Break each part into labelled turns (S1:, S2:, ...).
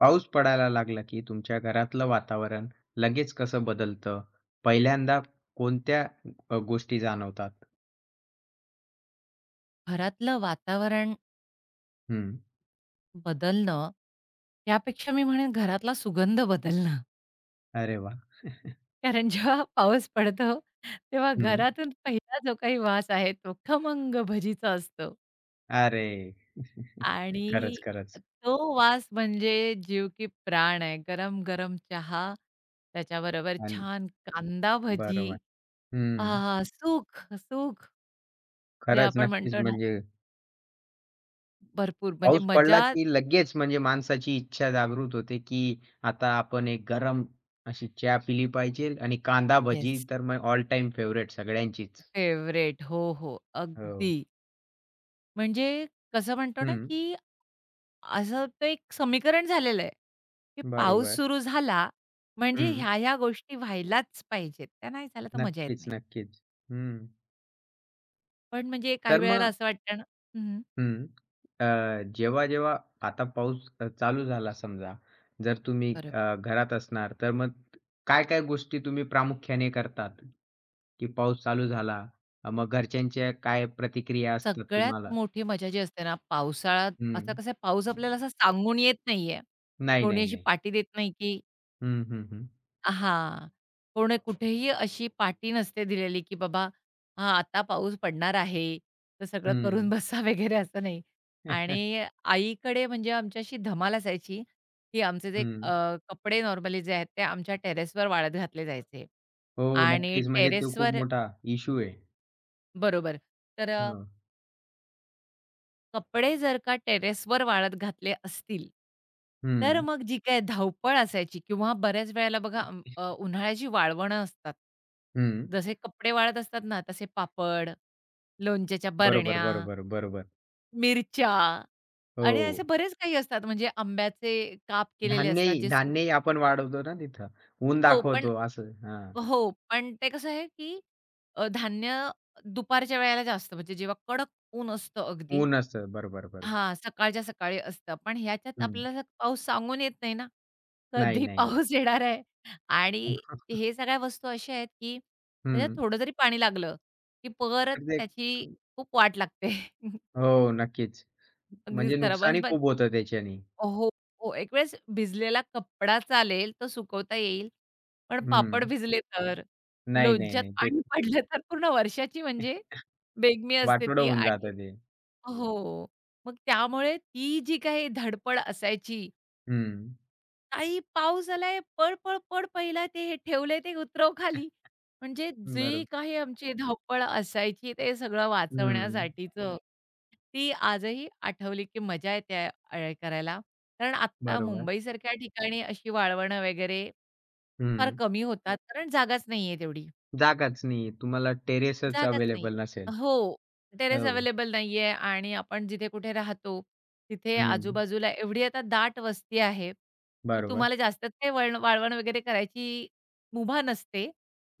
S1: पाऊस पडायला लागला की तुमच्या घरातलं वातावरण लगेच कसं बदलतं? पहिल्यांदा कोणत्या गोष्टी जाणवतात?
S2: घरातलं वातावरण
S1: हं.
S2: बदलणं, त्यापेक्षा मी म्हणेन घरातला सुगंध बदलणं.
S1: अरे वाह!
S2: कारण जेव्हा पाऊस पडतो, तेव्हा
S1: हं.
S2: घरातून पहिला जो काही वास आहे तो खमंग भजीचा असतो
S1: अरे! खरंच,
S2: आणि
S1: खरंच.
S2: तो वास म्हणजे जीव की प्राण आहे. गरम-गरम चहा, त्याच्याबरोबर
S1: आणि
S2: छान कांदा
S1: बरोबर.
S2: भजी.
S1: हं.
S2: आहाहा! सुख, सुख जे
S1: खरंच,
S2: आपण
S1: नक्कीच.
S2: म्हणतो ना,
S1: म्हणजे
S2: भरपूर म्हणजे
S1: पाऊस पडला
S2: मजा
S1: की लगेच म्हणजे माणसाची इच्छा जागृत होते, की आता आपण एक गरम अशी चहा पिली पाहिजे आणि कांदा भजी
S2: येस,
S1: तर मग ऑल टाईम फेव्हरेट सगळ्यांचीच.
S2: फेव्हरेट. हो, हो.
S1: हो.
S2: अगदी. म्हणजे कसं म्हणतो ना,
S1: हं.
S2: की असं ते एक समीकरण झालेलं आहे, की पाऊस
S1: बरोबर.
S2: सुरू झाला म्हणजे
S1: हं.
S2: ह्या-ह्या गोष्टी व्हायलाच पाहिजेत. त्या नाही झाल्या तर मजा येत
S1: नक्कीच,
S2: नाही.
S1: नक्कीच. हं.
S2: पण म्हणजे काही
S1: तर
S2: वेळेला
S1: मग
S2: असं वाटतं ना हं.
S1: हं. जेव्हा आता पाऊस चालू झाला समजा, जर तुम्ही
S2: बरोबर.
S1: घरात असणार, तर मग काय-काय गोष्टी तुम्ही प्रामुख्याने करतात? की पाऊस चालू झाला, मग घरच्यांच्या काय प्रतिक्रिया असतात
S2: सगळ्यात
S1: तुम्हाला?
S2: मोठी मजा जी असते ना पावसाळ्यात, असा
S1: हं.
S2: कसा पाऊस आपल्याला असा सांगून येत नाहीये.
S1: नाही,
S2: कोणी
S1: नाही,
S2: अशी
S1: नाही.
S2: पाठी देत नाही, की
S1: हं, हं, हं.
S2: हां. कोणी कुठेही अशी पाटी नसते दिलेली, की बाबा हां, आता पाऊस पडणार आहे, तर सगळं करून
S1: हं.
S2: बसा वगैरे असं नाही. आणि आईकडे म्हणजे आमच्याशी धमाल असायची, की आमचे जे
S1: हं.
S2: कपडे नॉर्मली जे आहेत ते आमच्या टेरेसवर वाळत घातले जायचे.
S1: हो,
S2: आणि
S1: नक्कीच. म्हणजे तो खूप
S2: टेरेसवर
S1: मोठा इश्यू आहे.
S2: बरोबर. तर
S1: हं.
S2: कपडे जर का टेरेसवर वाळत घातले असतील, तर
S1: हं.
S2: मग जी काही धावपळ असायची किंवा बऱ्याच वेळेला बघा उन्हाळ्याची वाळवणं असतात.
S1: हं.
S2: जसे कपडे वाळत असतात ना, तसे पापड, लोणच्याच्या
S1: बरोबर,
S2: बरण्या,
S1: बरोबर, बरोबर.
S2: मिरच्या आणि असे
S1: हो.
S2: बरेच काही असतात. म्हणजे आंब्याचे काप केलेले असतात
S1: धान्यही
S2: जे सुक
S1: धान्यही आपण वाढवतो ना तिथं. ऊन हां.
S2: हो, पण
S1: दाखवतो असं. हां.
S2: हो, पण ते कसं आहे, की धान्य दुपारच्या वेळेला जास्त म्हणजे जेव्हा कडक ऊन असतं अगदी,
S1: ऊन असतं. बरोबर, बरोबर.
S2: हां, सकाळच्या सकाळी असतं. पण ह्याच्यात
S1: हं.
S2: आपल्याला पाऊस सांगून येत नाही ना,
S1: नाही,
S2: कधी
S1: नाही.
S2: पाऊस येणार आहे आणि हे सगळ्या वस्तू अशा आहेत, की त्याच्यात
S1: हं.
S2: थोडं जरी पाणी लागलं, की परत
S1: तर ते
S2: त्याची खूप वाट लागते.
S1: हो, नक्कीच.
S2: अगदीच
S1: म्हणजे
S2: खराब पण
S1: नुकसानही
S2: पण
S1: खूप होतं त्याच्याने.
S2: हो, हो. एक वेळेस भिजलेला कपडा चालेल, तो सुकवता येईल. पण पापड
S1: हं.
S2: भिजले तर,
S1: नाही, नाही,
S2: लोणच्यात
S1: नाही. ते
S2: पाणी पडलं तर पूर्ण वर्षाची म्हणजे बेगमी असते
S1: वाटोळं
S2: ती
S1: होऊन
S2: आणि
S1: जातं ते.
S2: हो. मग त्यामुळे ती जी काही धडपड असायची,
S1: हं.
S2: "ताई पाऊस आलाय, पळ, पळ, पळ पहिला ते हे ठेवलंय ते उतरव खाली." म्हणजे जी
S1: बरोबर.
S2: काही आमची धावपळ असायची ते सगळं
S1: हं.
S2: वाचवण्यासाठीचं. ती आजही आठवली की मजा येते करायला. कारण आत्ता
S1: बरोबर.
S2: मुंबईसारख्या ठिकाणी अशी वळवणं वगैरे फार
S1: हं.
S2: कमी होतात कारण जागाच नाहीये तेवढी.
S1: जागाच नाहीये. तुम्हाला टेरेसच
S2: जागाच नाही.
S1: अवेलेबल नसेल.
S2: हो. टेरेस
S1: हो.
S2: अवेलेबल नाहीये आणि आपण जिथे कुठे राहतो, तिथे
S1: हं.
S2: आजूबाजूला एवढी आता दाट वस्ती आहे, की
S1: बरोबर,
S2: तुम्हाला जास्त काही वळण वाळवण वगैरे करायची मुभा नसते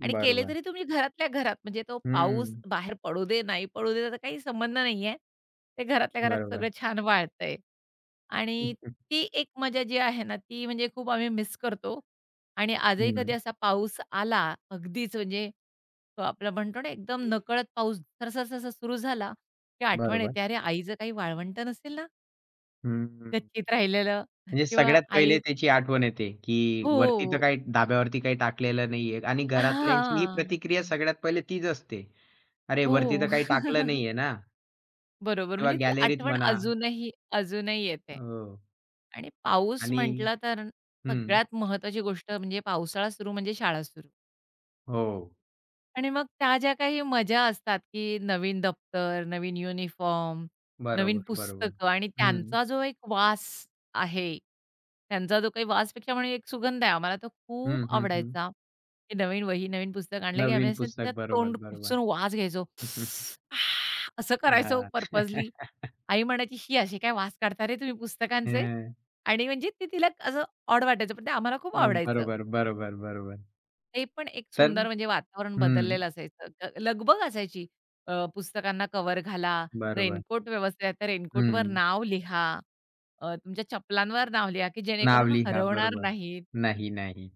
S2: आणि केले
S1: बरोबर.
S2: तरी तुम्ही घरातल्या घरात म्हणजे तो पाऊस
S1: हं.
S2: बाहेर पडू दे, नाही पडू दे, त्याचा काही संबंध नाहीये. ते घरातल्या घरात
S1: बरोबर.
S2: सगळं छान वाळतंय आणि ती एक मजा जी आहे ना, ती म्हणजे खूप आम्ही मिस करतो आणि आजही कधी
S1: हं.
S2: असा पाऊस आला, अगदीच म्हणजे तो आपला म्हणतो ना एकदम नकळत पाऊस सरसर सरसर सुरू झाला, की आठवण
S1: बरोबर.
S2: येते, "अरे, आईचं काही वाळवंट नसेल ना
S1: हं.
S2: गच्चीत राहिलेलं?"
S1: म्हणजे
S2: किंवा
S1: सगळ्यात पहिले
S2: आई
S1: त्याची आठवण येते, की
S2: हो.
S1: वरती तर काही धाब्यावरती काही टाकलेलं नाहीये आणि घरातल्यांची ही
S2: हां.
S1: प्रतिक्रिया सगळ्यात पहिले तीच असते. अरे, वरती तर
S2: हो.
S1: काही टाकलं नाहीये ना
S2: बरोबर.
S1: किंवा
S2: म्हणजे ती
S1: गॅलरीत
S2: आठवण
S1: म्हणा.
S2: अजूनही अजूनही येते.
S1: हो
S2: आणि पाऊस
S1: आणि
S2: म्हटलं तर
S1: हं.
S2: सगळ्यात महत्त्वाची गोष्ट म्हणजे पावसाळा सुरू म्हणजे शाळा सुरू.
S1: हो.
S2: आणि मग त्या ज्या काही मजा असतात, की नवीन दप्तर, नवीन युनिफॉर्म, नवीन
S1: बरोबर, बरोबर.
S2: पुस्तकं आणि
S1: हं.
S2: त्यांचा जो एक वास आहे, त्यांचा जो काही वासपेक्षा म्हणजे एक सुगंध आहे, आम्हाला तो खूप
S1: हं, हं, हं.
S2: आवडायचा. की नवीन वही, नवीन पुस्तक आणलं, की आम्ही
S1: नवीन
S2: असं त्यात
S1: पुस्तक. बरोबर,
S2: तोंड खुपसून
S1: बरोबर.
S2: वास घ्यायचो. आह! असं करायचो
S1: हां.
S2: पर्पजली. आई म्हणायची, "ही असे काय वास काढता रे तुम्ही पुस्तकांचे?"
S1: हं.
S2: आणि म्हणजे ते तिला असं ऑड वाटायचं, पण ते आम्हाला खूप आवडायचं.
S1: बरोबर, बरोबर, बरोबर.
S2: ते पण एक
S1: तर
S2: सुंदर म्हणजे वातावरण
S1: हं.
S2: बदललेलं असायचं. लगबग असायची. पुस्तकांना कव्हर घाला,
S1: बरोबर.
S2: रेनकोट व्यवस्थित आहे तर रेनकोटवर
S1: हं.
S2: नाव लिहा. तुमच्या चपलांवर नाव लिहा, की
S1: नाव
S2: जेणेकरून
S1: लिहा.
S2: हरवणार
S1: बरोबर.
S2: नाहीत.
S1: नाही, नाही.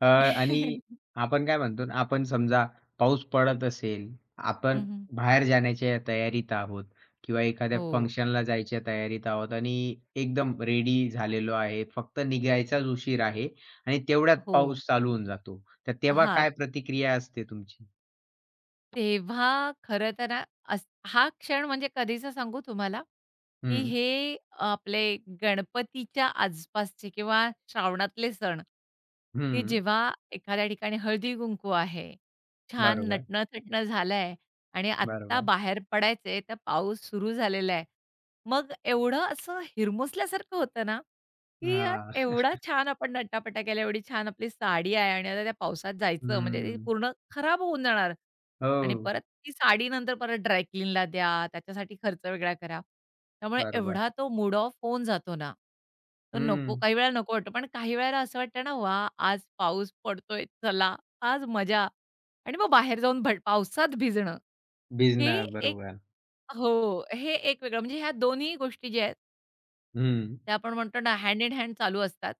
S1: आणि आपण काय म्हणतो ना, आपण समजा पाऊस पडत असेल, आपण
S2: हं, हं.
S1: बाहेर जाण्याच्या तयारीत आहोत किंवा एखाद्या
S2: हो,
S1: फंक्शनला जायच्या तयारीत आहोत आणि एकदम रेडी झालेलो आहे. फक्त निघायचाच उशीर आहे आणि तेवढ्यात
S2: हो.
S1: पाऊस चालू होऊन जातो. तर तेव्हा
S2: हां.
S1: काय प्रतिक्रिया असते तुमची?
S2: तेव्हा खरं तर ना, अस हा क्षण म्हणजे कधीचा सांगू तुम्हाला, की
S1: हं,
S2: हे आपले गणपतीच्या आसपासचे किंवा श्रावणातले सण, की
S1: हं.
S2: जेव्हा एखाद्या ठिकाणी हळदी-कुंकू आहे, छान
S1: बरोबर,
S2: नटणं-थटणं झालंय आणि आत्ता
S1: बरोबर.
S2: बाहेर पडायचंय, तर पाऊस सुरू झालेला आहे. मग एवढं असं हिरमुसल्यासारखं होतं ना, की यार
S1: हां.
S2: एवढा छान आपण नटापटा केला, एवढी छान आपली साडी आहे आणि आता त्या पावसात जायचं म्हणजे ते
S1: हं.
S2: पूर्ण खराब होऊन जाणार. आणि
S1: हो,
S2: परत ती साडी नंतर परत ड्राय क्लीनला द्या, त्याच्यासाठी खर्च वेगळा करा. त्यामुळे
S1: बरोबर.
S2: एवढा तो मूड ऑफ होऊन जातो ना, तो नको
S1: हं.
S2: काही वेळा नको वाटतो. पण काही वेळेला असं वाटतं ना, वाह! आज पाऊस पडतोय, चला आज मजा आणि मग बाहेर जाऊन भट पावसात भिजणं, हे
S1: भिजणार.
S2: एक
S1: बरोबर.
S2: हो, हे एक वेगळं म्हणजे ह्या दोन्ही गोष्टी ज्या आहेत
S1: हं.
S2: ते आपण म्हणतो ना हँड इन हँड चालू असतात,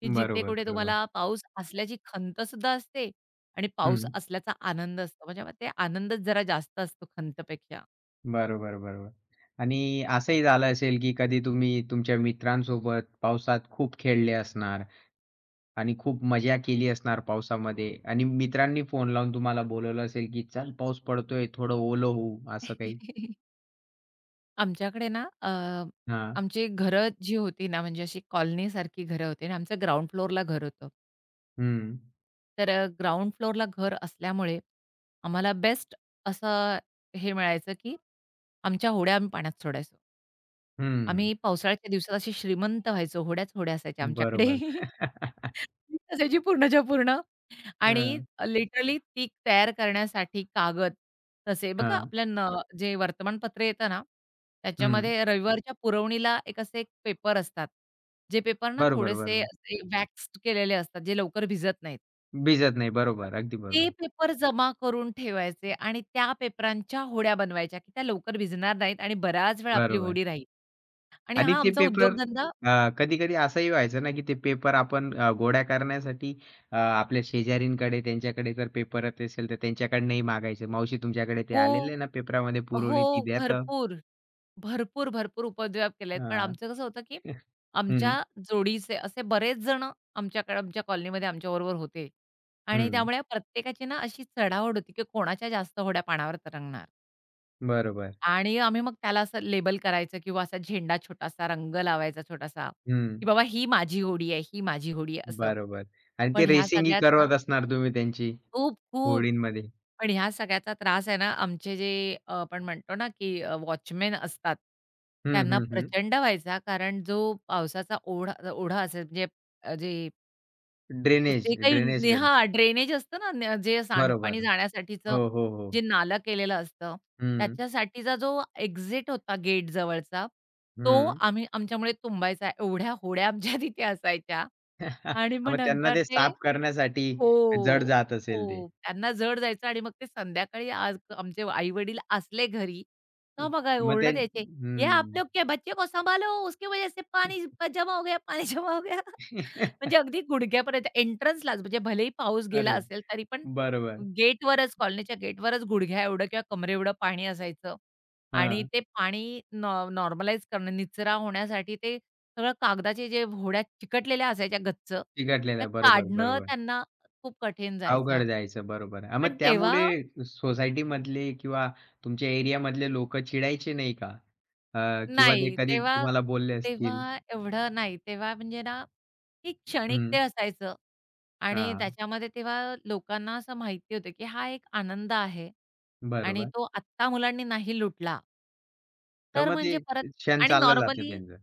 S2: की जिथे
S1: बरोबर,
S2: कुठे
S1: बरोबर.
S2: तुम्हाला पाऊस असल्याची खंतसुद्धा असते आणि पाऊस
S1: हं.
S2: असल्याचा आनंद असतो. म्हणजे मग ते आनंदच जरा जास्त असतो खंतपेक्षा.
S1: बरोबर, बरोबर. आणि असंही झालं असेल, की कधी तुम्ही तुमच्या मित्रांसोबत पावसात खूप खेळले असणार आणि खूप मजा केली असणार पावसामध्ये आणि मित्रांनी फोन लावून तुम्हाला बोलावलं असेल, की "चल पाऊस पडतोय, थोडं ओलं होऊ." असं काही?
S2: आमच्याकडे ना
S1: हां.
S2: आमची घरं जी होती ना, म्हणजे अशी कॉलनीसारखी घरं होती आणि आमचं ग्राउंड फ्लोअरला घर होतं.
S1: हं.
S2: तर ग्राउंड फ्लोअरला घर असल्यामुळे आम्हाला बेस्ट असं हे मिळायचं, की आमच्या होड्या आम्ही पाण्यात सोडायचो.
S1: हं.
S2: आम्ही पावसाळ्याच्या दिवसात असे श्रीमंत व्हायचो. होड्याच होड्या असायच्या आमच्याकडे.
S1: बरोबर.
S2: मीच असायची पूर्णच्या पूर्ण आणि
S1: हं.
S2: लिटरली ती तयार करण्यासाठी कागद तसे बघा
S1: हां.
S2: आपल्या न जे वर्तमानपत्र येतं ना,
S1: हं.
S2: त्याच्यामध्ये रविवारच्या पुरवणीला एक असे एक पेपर असतात. जे पेपर ना
S1: बरोबर,
S2: थोडेसे
S1: बरोबर.
S2: असे वॅक्स्ड केलेले असतात, जे लवकर भिजत नाहीत.
S1: भिजत नाही.
S2: मग
S1: बरोबर. अगदी
S2: ते
S1: बरोबर.
S2: पेपर जमा करून ठेवायचे आणि त्या पेपरांच्या होड्या बनवायच्या, की त्या लवकर भिजणार नाहीत आणि बराच वेळ आपली
S1: बरोबर.
S2: होडी राहील. आणि
S1: आणि
S2: हा
S1: ते
S2: आमचा
S1: पेपर
S2: उद्योगधंदा
S1: कधी-कधी असंही व्हायचं ना, की ते पेपर आपण गोळा करण्यासाठी आपल्या शेजाऱ्यांकडे त्यांच्याकडे जर पेपर येत असेल, तर त्यांच्याकडनंही मागायचं. "मावशी तुमच्याकडे ते आलेलं
S2: हो.
S1: आहे ना पेपरामध्ये
S2: हो,
S1: पुरवणी ती द्या तर."
S2: भरपूर. भरपूर, भरपूर उपद्व्याप केलेत. पण
S1: हां.
S2: आमचं कसं होतं, की
S1: हं,
S2: आमच्या जोडीचे असे बरेच जण आमच्याकडे आमच्या कॉलनीमध्ये आमच्याबरोबर होते आणि
S1: हं.
S2: त्यामुळे प्रत्येकाची ना अशी चढाओढ होती, की कोणाच्या जास्त होड्या पाण्यावर तरंगणार.
S1: बरोबर.
S2: आणि आम्ही मग त्याला असं लेबल करायचं किंवा असा झेंडा छोटासा, रंग लावायचा छोटासा,
S1: हं.
S2: की बाबा ही माझी होडी आहे, ही माझी होडी आहे असं.
S1: बरोबर. आणि
S2: पण
S1: ते
S2: ह्या
S1: रेसिंगही
S2: सगळ्याचा
S1: करवत असणार तुम्ही त्यांची
S2: खूप, खूप
S1: होडींमध्ये.
S2: पण ह्या सगळ्याचा त्रास आहे ना, आमचे जे आपण म्हणतो ना, की वॉचमन असतात,
S1: हं,
S2: त्यांना
S1: हं, हं.
S2: प्रचंड व्हायचा. कारण जो पावसाचा ओढा ओढा असेल म्हणजे अ, जे
S1: ड्रेनेज
S2: जे काही
S1: ड्रेनेजकडे.
S2: ड्रेनेज असतं ना, न जे सांडपाणी
S1: बरोबर.
S2: जाण्यासाठीचं
S1: हो, हो, हो.
S2: जे नालं केलेलं असतं,
S1: हं,
S2: त्याच्यासाठीचा जो एक्झिट होता गेट जवळचा, तो
S1: हं.
S2: आम्ही आमच्यामुळे तुंबायचा. एवढ्या होड्या आमच्या तिथे असायच्या आणि मग
S1: मग त्यांना
S2: नंतर
S1: ते
S2: ते
S1: साफ करण्यासाठी जड
S2: हो.
S1: जात असेल ते.
S2: हो. त्यांना जड जायचं आणि मग ते संध्याकाळी आज आमचे आई-वडील असले घरी, तर मग
S1: मग ते
S2: ओरडत यायचे, "ये
S1: हं.
S2: आप लोग के बच्चे को संभालो, उसकी वजह से पानी जमा हो गया, पाणी जमा हो गया." म्हणजे अगदी गुडघ्यापर्यंत एंट्रन्सलाच म्हणजे भलेही पाऊस गेला
S1: अरे!
S2: असेल तरी पण
S1: बरोबर.
S2: गेटवरच, कॉलनीच्या गेटवरच गुडघ्या एवढं किंवा कमरेएवढं पाणी असायचं आणि
S1: हां.
S2: ते पाणी नॉर्मलाईज करणं, निचरा होण्यासाठी ते सगळं कागदाचे जे होड्या चिकटलेल्या असायच्या गच्च
S1: चिकटलेलं.
S2: त्या
S1: आहे बरोबर,
S2: काढणं
S1: बरोबर.
S2: त्यांना खूप कठीण जायचं.
S1: अवघड जायचं. बरोबर. हां, मग
S2: पण तेव्हा
S1: त्यामुळे सोसायटीमधले किंवा तुमच्या एरियामधले लोकं चिडायचे नाही का? किंवा ते
S2: नाही,
S1: कधी
S2: तेव्हा
S1: तुम्हाला बोलले असतील?
S2: तेव्हा एवढं नाही. तेव्हा म्हणजे ना, की क्षणिक ते
S1: हं.
S2: असायचं आणि
S1: हां.
S2: त्याच्यामध्ये तेव्हा लोकांना असं माहिती होतं, की हा एक आनंद आहे आणि
S1: बरोबर.
S2: तो आत्ता मुलांनी नाही लुटला.
S1: तर
S2: तर
S1: मग ते
S2: म्हणजे परत
S1: क्षण
S2: आणि
S1: चाललं जातं
S2: नॉर्मली
S1: त्यांचं.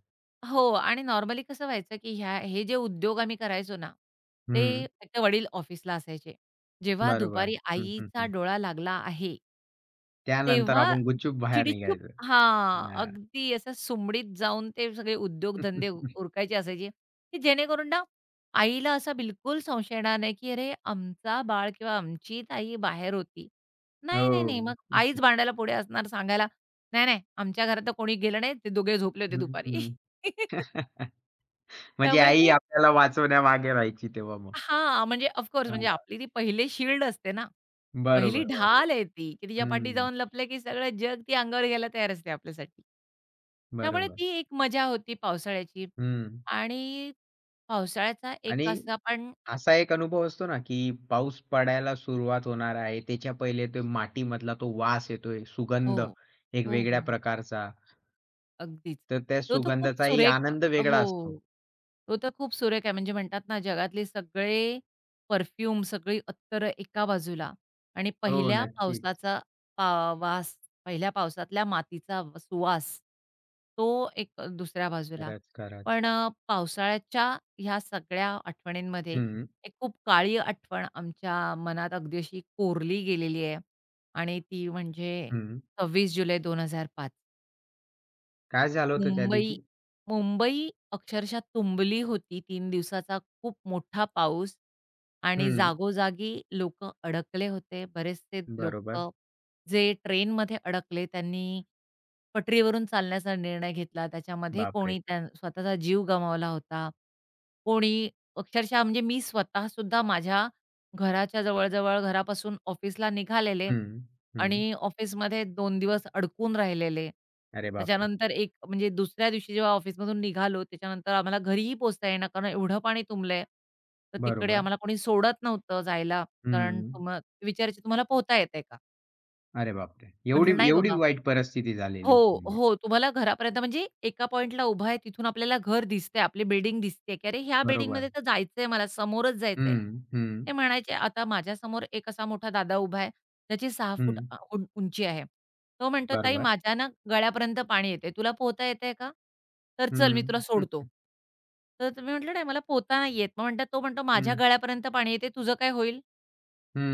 S2: हो. आणि नॉर्मली कसं व्हायचं, की ह्या हे जे उद्योग आम्ही करायचो ना, ते
S1: हं.
S2: एकतर वडील ऑफिसला असायचे. जेव्हा
S1: बरोबर.
S2: दुपारी
S1: हं, हं,
S2: आईचा
S1: हं.
S2: डोळा लागला आहे
S1: त्यानंतर
S2: तेव्हा
S1: आपण गुपचूप बाहेर
S2: चिडीचूप
S1: निघायचं.
S2: हां,
S1: हां.
S2: अगदी असं सुमडीत जाऊन ते सगळे उद्योगधंदे उरकायचे असायचे, की जेणेकरून ना आईला असा बिलकुल संशय येणार नाही, की "अरे, आमचा बाळ किंवा आमची ताई बाहेर होती." नाही, नाही, नाही.
S1: हो.
S2: मग आईच भांडायला पुढे असणार सांगायला, "नाही, नाही, आमच्या घरात तर कोणी गेलं नाही. ते दोघे झोपले होते
S1: हं, हं,
S2: दुपारी."
S1: हं. म्हणजे
S2: त्यामुळे
S1: आई
S2: ते
S1: आपल्याला वाचवण्यामागे राहायची तेव्हा मग.
S2: हां, म्हणजे ऑफकोर्स म्हणजे
S1: हां,
S2: आपली ती पहिले शील्ड असते ना. पहिली
S1: बरोबर, बरोबर.
S2: ढाल आहे ती, की तिच्या पाठी
S1: हं,
S2: जाऊन लपलं, की सगळं जग ती अंगावर घ्यायला तयार असते आपल्यासाठी. त्यामुळे
S1: बरोबर.
S2: ती एक मजा होती पावसाळ्याची
S1: हं.
S2: आणि पावसाळ्याचा एक
S1: आणि
S2: असा पण
S1: असा एक अनुभव असतो ना, की पाऊस पडायला सुरुवात होणार आहे. त्याच्या पहिले तो मातीमधला तो वास येतोय,
S2: हो.
S1: सुगंध एक
S2: हो, हो,
S1: वेगळ्या
S2: हो.
S1: प्रकारचा.
S2: अगदीच.
S1: तर त्या
S2: तो तर खूप
S1: सुगंधाचाही
S2: सुरेख
S1: आनंद वेगळा
S2: हो.
S1: असतो.
S2: तो तर खूप सुरेख आहे. म्हणजे म्हणतात ना, जगातले सगळे परफ्यूम, सगळी अत्तरं एका बाजूला आणि
S1: हो,
S2: पहिल्या
S1: नक्कीच.
S2: पावसाचा पा वास, पहिल्या पावसातल्या मातीचा व सुवास, तो एक दुसऱ्या बाजूला.
S1: खरंच, खरंच.
S2: पण पावसाळ्याच्या ह्या सगळ्या आठवणींमध्ये
S1: हं,
S2: एक खूप काळी आठवण आमच्या मनात अगदी अशी कोरली गेलेली आहे आणि ती म्हणजे
S1: हं.
S2: 26 जुलै 2005.
S1: काय झालं होतं त्या
S2: मुंबई
S1: दिवशी?
S2: मुंबई अक्षरशः तुंबली होती 3 दिवसाचा खूप मोठा पाऊस आणि
S1: हं.
S2: जागोजागी लोक अडकले होते. बरेचसे लोक
S1: बरोबर.
S2: जे ट्रेनमध्ये अडकले त्यांनी पटरीवरून चालण्याचा निर्णय घेतला. त्याच्यामध्ये
S1: बापरे!
S2: कोणी त्या स्वतःचा जीव गमावला होता. कोणी अक्षरशः म्हणजे मी स्वतःसुद्धा माझ्या घराच्या जवळ घरापासून ऑफिसला निघालेले
S1: हं, हं.
S2: आणि ऑफिसमध्ये 2 दिवस अडकून राहिलेले.
S1: अरे बापरे!
S2: त्याच्यानंतर एक म्हणजे दुसऱ्या दिवशी जेव्हा ऑफिसमधून निघालो, त्याच्यानंतर आम्हाला घरीही पोहोचता येईना कारण एवढं पाणी तुंबलंय. तर तिकडे
S1: बरोबर.
S2: आम्हाला कोणी सोडत नव्हतं जायला कारण
S1: हं.
S2: तुम्हा विचारायचे, "तुम्हाला पोहता येतंय का?"
S1: अरे बापरे!
S2: म्हटलं,
S1: एवढी
S2: "नाही
S1: एवढी
S2: बाबा."
S1: वाईट परिस्थिती झालेली
S2: हो,
S1: होती म्हणजे.
S2: हो. तुम्हाला घरापर्यंत म्हणजे एका पॉइंटला उभा आहे, तिथून आपल्याला घर दिसतंय, आपली बिल्डिंग दिसते, की "अरे, ह्या
S1: बरोबर.
S2: बिल्डिंगमध्ये तर जायचंय मला, समोरच जायचंय."
S1: हं, हं,
S2: ते म्हणायचे. आता माझ्या समोर एक असा मोठा दादा उभा आहे, त्याची 6 फूट
S1: हं.
S2: अ, उं उंची आहे. तो म्हणतो, "ताई,
S1: बरोबर.
S2: माझ्या ना गळ्यापर्यंत पाणी येतंय. तुला पोहता येतंय का? तर चल, मी तुला
S1: हं,
S2: सोडतो."
S1: हं,
S2: तर मी म्हटलं, "नाही, मला पोहता नाही येत." मग म्हणतात तो म्हणतो, "माझ्या
S1: हं,
S2: गळ्यापर्यंत पाणी येते, तुझं काय होईल?"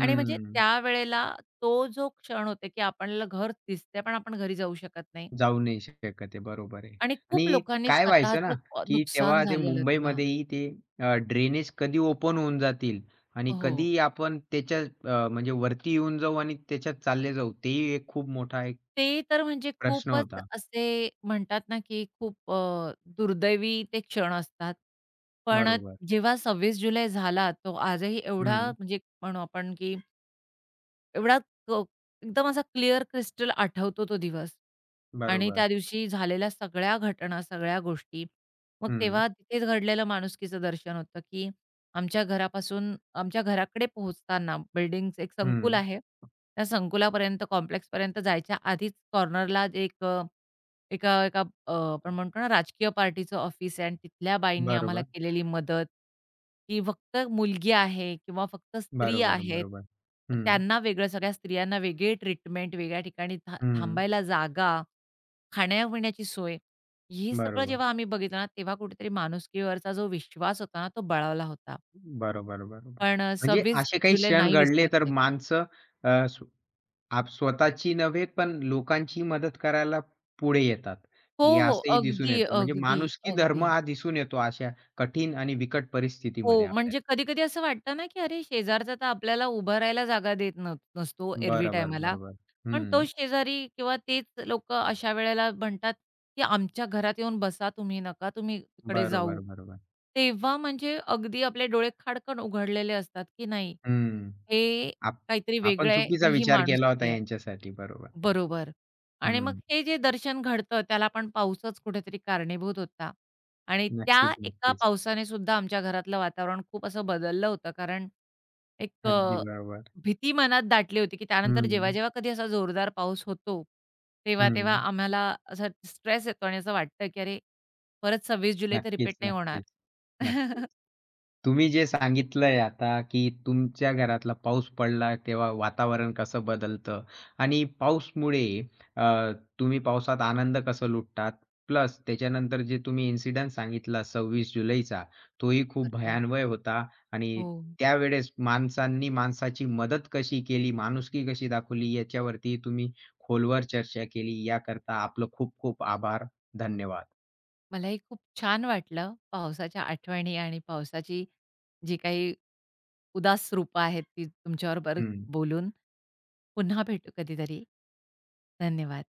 S2: आणि म्हणजे त्यावेळेला तो जो क्षण होते, की आपल्याला घर दिसतंय, पण आपण घरी जाऊ शकत नाही.
S1: जाऊ नाही शकत आहे. बरोबर आहे.
S2: आणि खूप
S1: आणि
S2: लोकांनी
S1: काय व्हायचं ना,
S2: स्वतःचं
S1: की
S2: नुकसान
S1: तेव्हा ते
S2: झालेलं तेव्हा.
S1: मुंबईमध्येही ते ड्रेनेज कधी ओपन होऊन जातील आणि
S2: हो.
S1: कधी आपण त्याच्या म्हणजे वरती येऊन जाऊ आणि त्याच्यात चालले जाऊ. तेही एक खूप मोठा एक
S2: ते तर म्हणजे
S1: प्रश्न
S2: खूपच
S1: होता.
S2: असे म्हणतात ना, की खूप दुर्दैवी ते क्षण असतात. पण
S1: बरोबर.
S2: जेव्हा 26 जुलै झाला, तो आजही एवढा
S1: हं.
S2: म्हणजे म्हणू आपण, की एवढा क एकदम असा क्लिअर क्रिस्टल आठवतो तो दिवस आणि
S1: बरोबर.
S2: त्या दिवशी झालेल्या सगळ्या घटना, सगळ्या गोष्टी. मग
S1: हं,
S2: तेव्हा तिथेच घडलेलं माणुसकीचं दर्शन होतं, की आमच्या घरापासून आमच्या घराकडे पोहोचताना बिल्डिंगचं एक संकुल
S1: हं.
S2: आहे. त्या संकुलापर्यंत, कॉम्प्लेक्सपर्यंत जायच्या आधीच कॉर्नरला एक अ एका एका आपण म्हणतो ना राजकीय पार्टीचं ऑफिस आहे आणि तिथल्या बाईंनी आम्हाला
S1: बरोबर.
S2: केलेली मदत, की फक्त मुलगी आहे किंवा फक्त स्त्री
S1: बरोबर,
S2: आहेत,
S1: बरोबर. हं,
S2: त्यांना वेगळं, सगळ्या स्त्रियांना वेगळी ट्रीटमेंट, वेगळ्या ठिकाणी
S1: हं.
S2: थांबायला जागा, खाण्यापिण्याची सोय, हे सगळं
S1: बरोबर,
S2: जेव्हा आम्ही बघितलं ना, तेव्हा कुठेतरी माणुसकीवरचा जो विश्वास होता ना, तो बळावला होता.
S1: बरोबर, बरोबर.
S2: पण
S1: म्हणजे
S2: 26
S1: असे काही
S2: जुलै
S1: क्षण
S2: नाही
S1: घडले तर
S2: विसरता येत.
S1: माणसं अ, स्व आप स्वतःची नव्हे पण लोकांची मदत करायला पुढे येतात.
S2: हो,
S1: हे
S2: हो.
S1: असंही दिसून
S2: अगदी,
S1: येतं. म्हणजे
S2: अगदी,
S1: माणुसकी धर्म
S2: अगदी.
S1: हा दिसून येतो अशा कठीण आणि बिकट परिस्थितीमध्ये
S2: हो,
S1: आपल्याला.
S2: म्हणजे कधी-कधी असं वाटतं ना, की अरे शेजारचा तर आपल्याला उभं राहायला जागा देत न नसतो एरवी
S1: बरोबर,
S2: टायमाला.
S1: बरोबर.
S2: पण
S1: हं.
S2: तोच शेजारी किंवा तेच लोकं अशा वेळेला म्हणतात, की "आमच्या घरात येऊन बसा तुम्ही, नका तुम्ही तिकडे
S1: बरोबर,
S2: जाऊ."
S1: बरोबर.
S2: तेव्हा म्हणजे अगदी आपले डोळे खाडकन उघडलेले असतात, की नाही,
S1: हं.
S2: हे
S1: आप
S2: काहीतरी
S1: आपण
S2: वेगळं आहे
S1: चुकीचा
S2: आणि ही
S1: विचार केला होता
S2: माणुसकी आहे.
S1: यांच्यासाठी. बरोबर.
S2: बरोबर. आणि मग
S1: हं.
S2: हे जे दर्शन घडतं त्याला आपण पाऊसच कुठेतरी कारणीभूत होता. आणि त्या
S1: नक्कीच,
S2: एका
S1: नक्कीच.
S2: पावसाने सुद्धा आमच्या घरातलं वातावरण खूप असं बदललं होतं. कारण एक
S1: अगदी बरोबर.
S2: भीती मनात दाटली होती, की त्यानंतर
S1: हं,
S2: जेव्हा-जेव्हा कधी असा जोरदार पाऊस होतो, तेव्हा-तेव्हा
S1: हं.
S2: आम्हाला असा स्ट्रेस येतो आणि असं वाटतं, की अरे, परत 26 जुलै तर
S1: नक्कीच,
S2: रिपीट नाही होणार.
S1: नक्कीच. नक्कीच. तुम्ही जे सांगितलंय आता, की तुमच्या घरातला पाऊस पडला तेव्हा वातावरण कसं बदलतं आणि पाऊसमुळे अ, तुम्ही पावसात आनंद कसं लुटतात. प्लस त्याच्यानंतर जे तुम्ही इन्सिडेंट सांगितला 26 जुलैचा, तोही खूप
S2: बरोबर.
S1: भयान्वय होता आणि
S2: हो.
S1: त्यावेळेस माणसांनी माणसाची मदत कशी केली, माणुसकी कशी दाखवली, याच्यावरती तुम्ही खोलवर चर्चा केली. याकरता आपलं खूप खूप आभार. धन्यवाद.
S2: मलाही खूप छान वाटलं पावसाच्या आठवणी आणि पावसाची जी काही उदास रूपं आहेत ती तुमच्याबरोबर
S1: हं.
S2: बोलून. पुन्हा भेटू कधीतरी. धन्यवाद.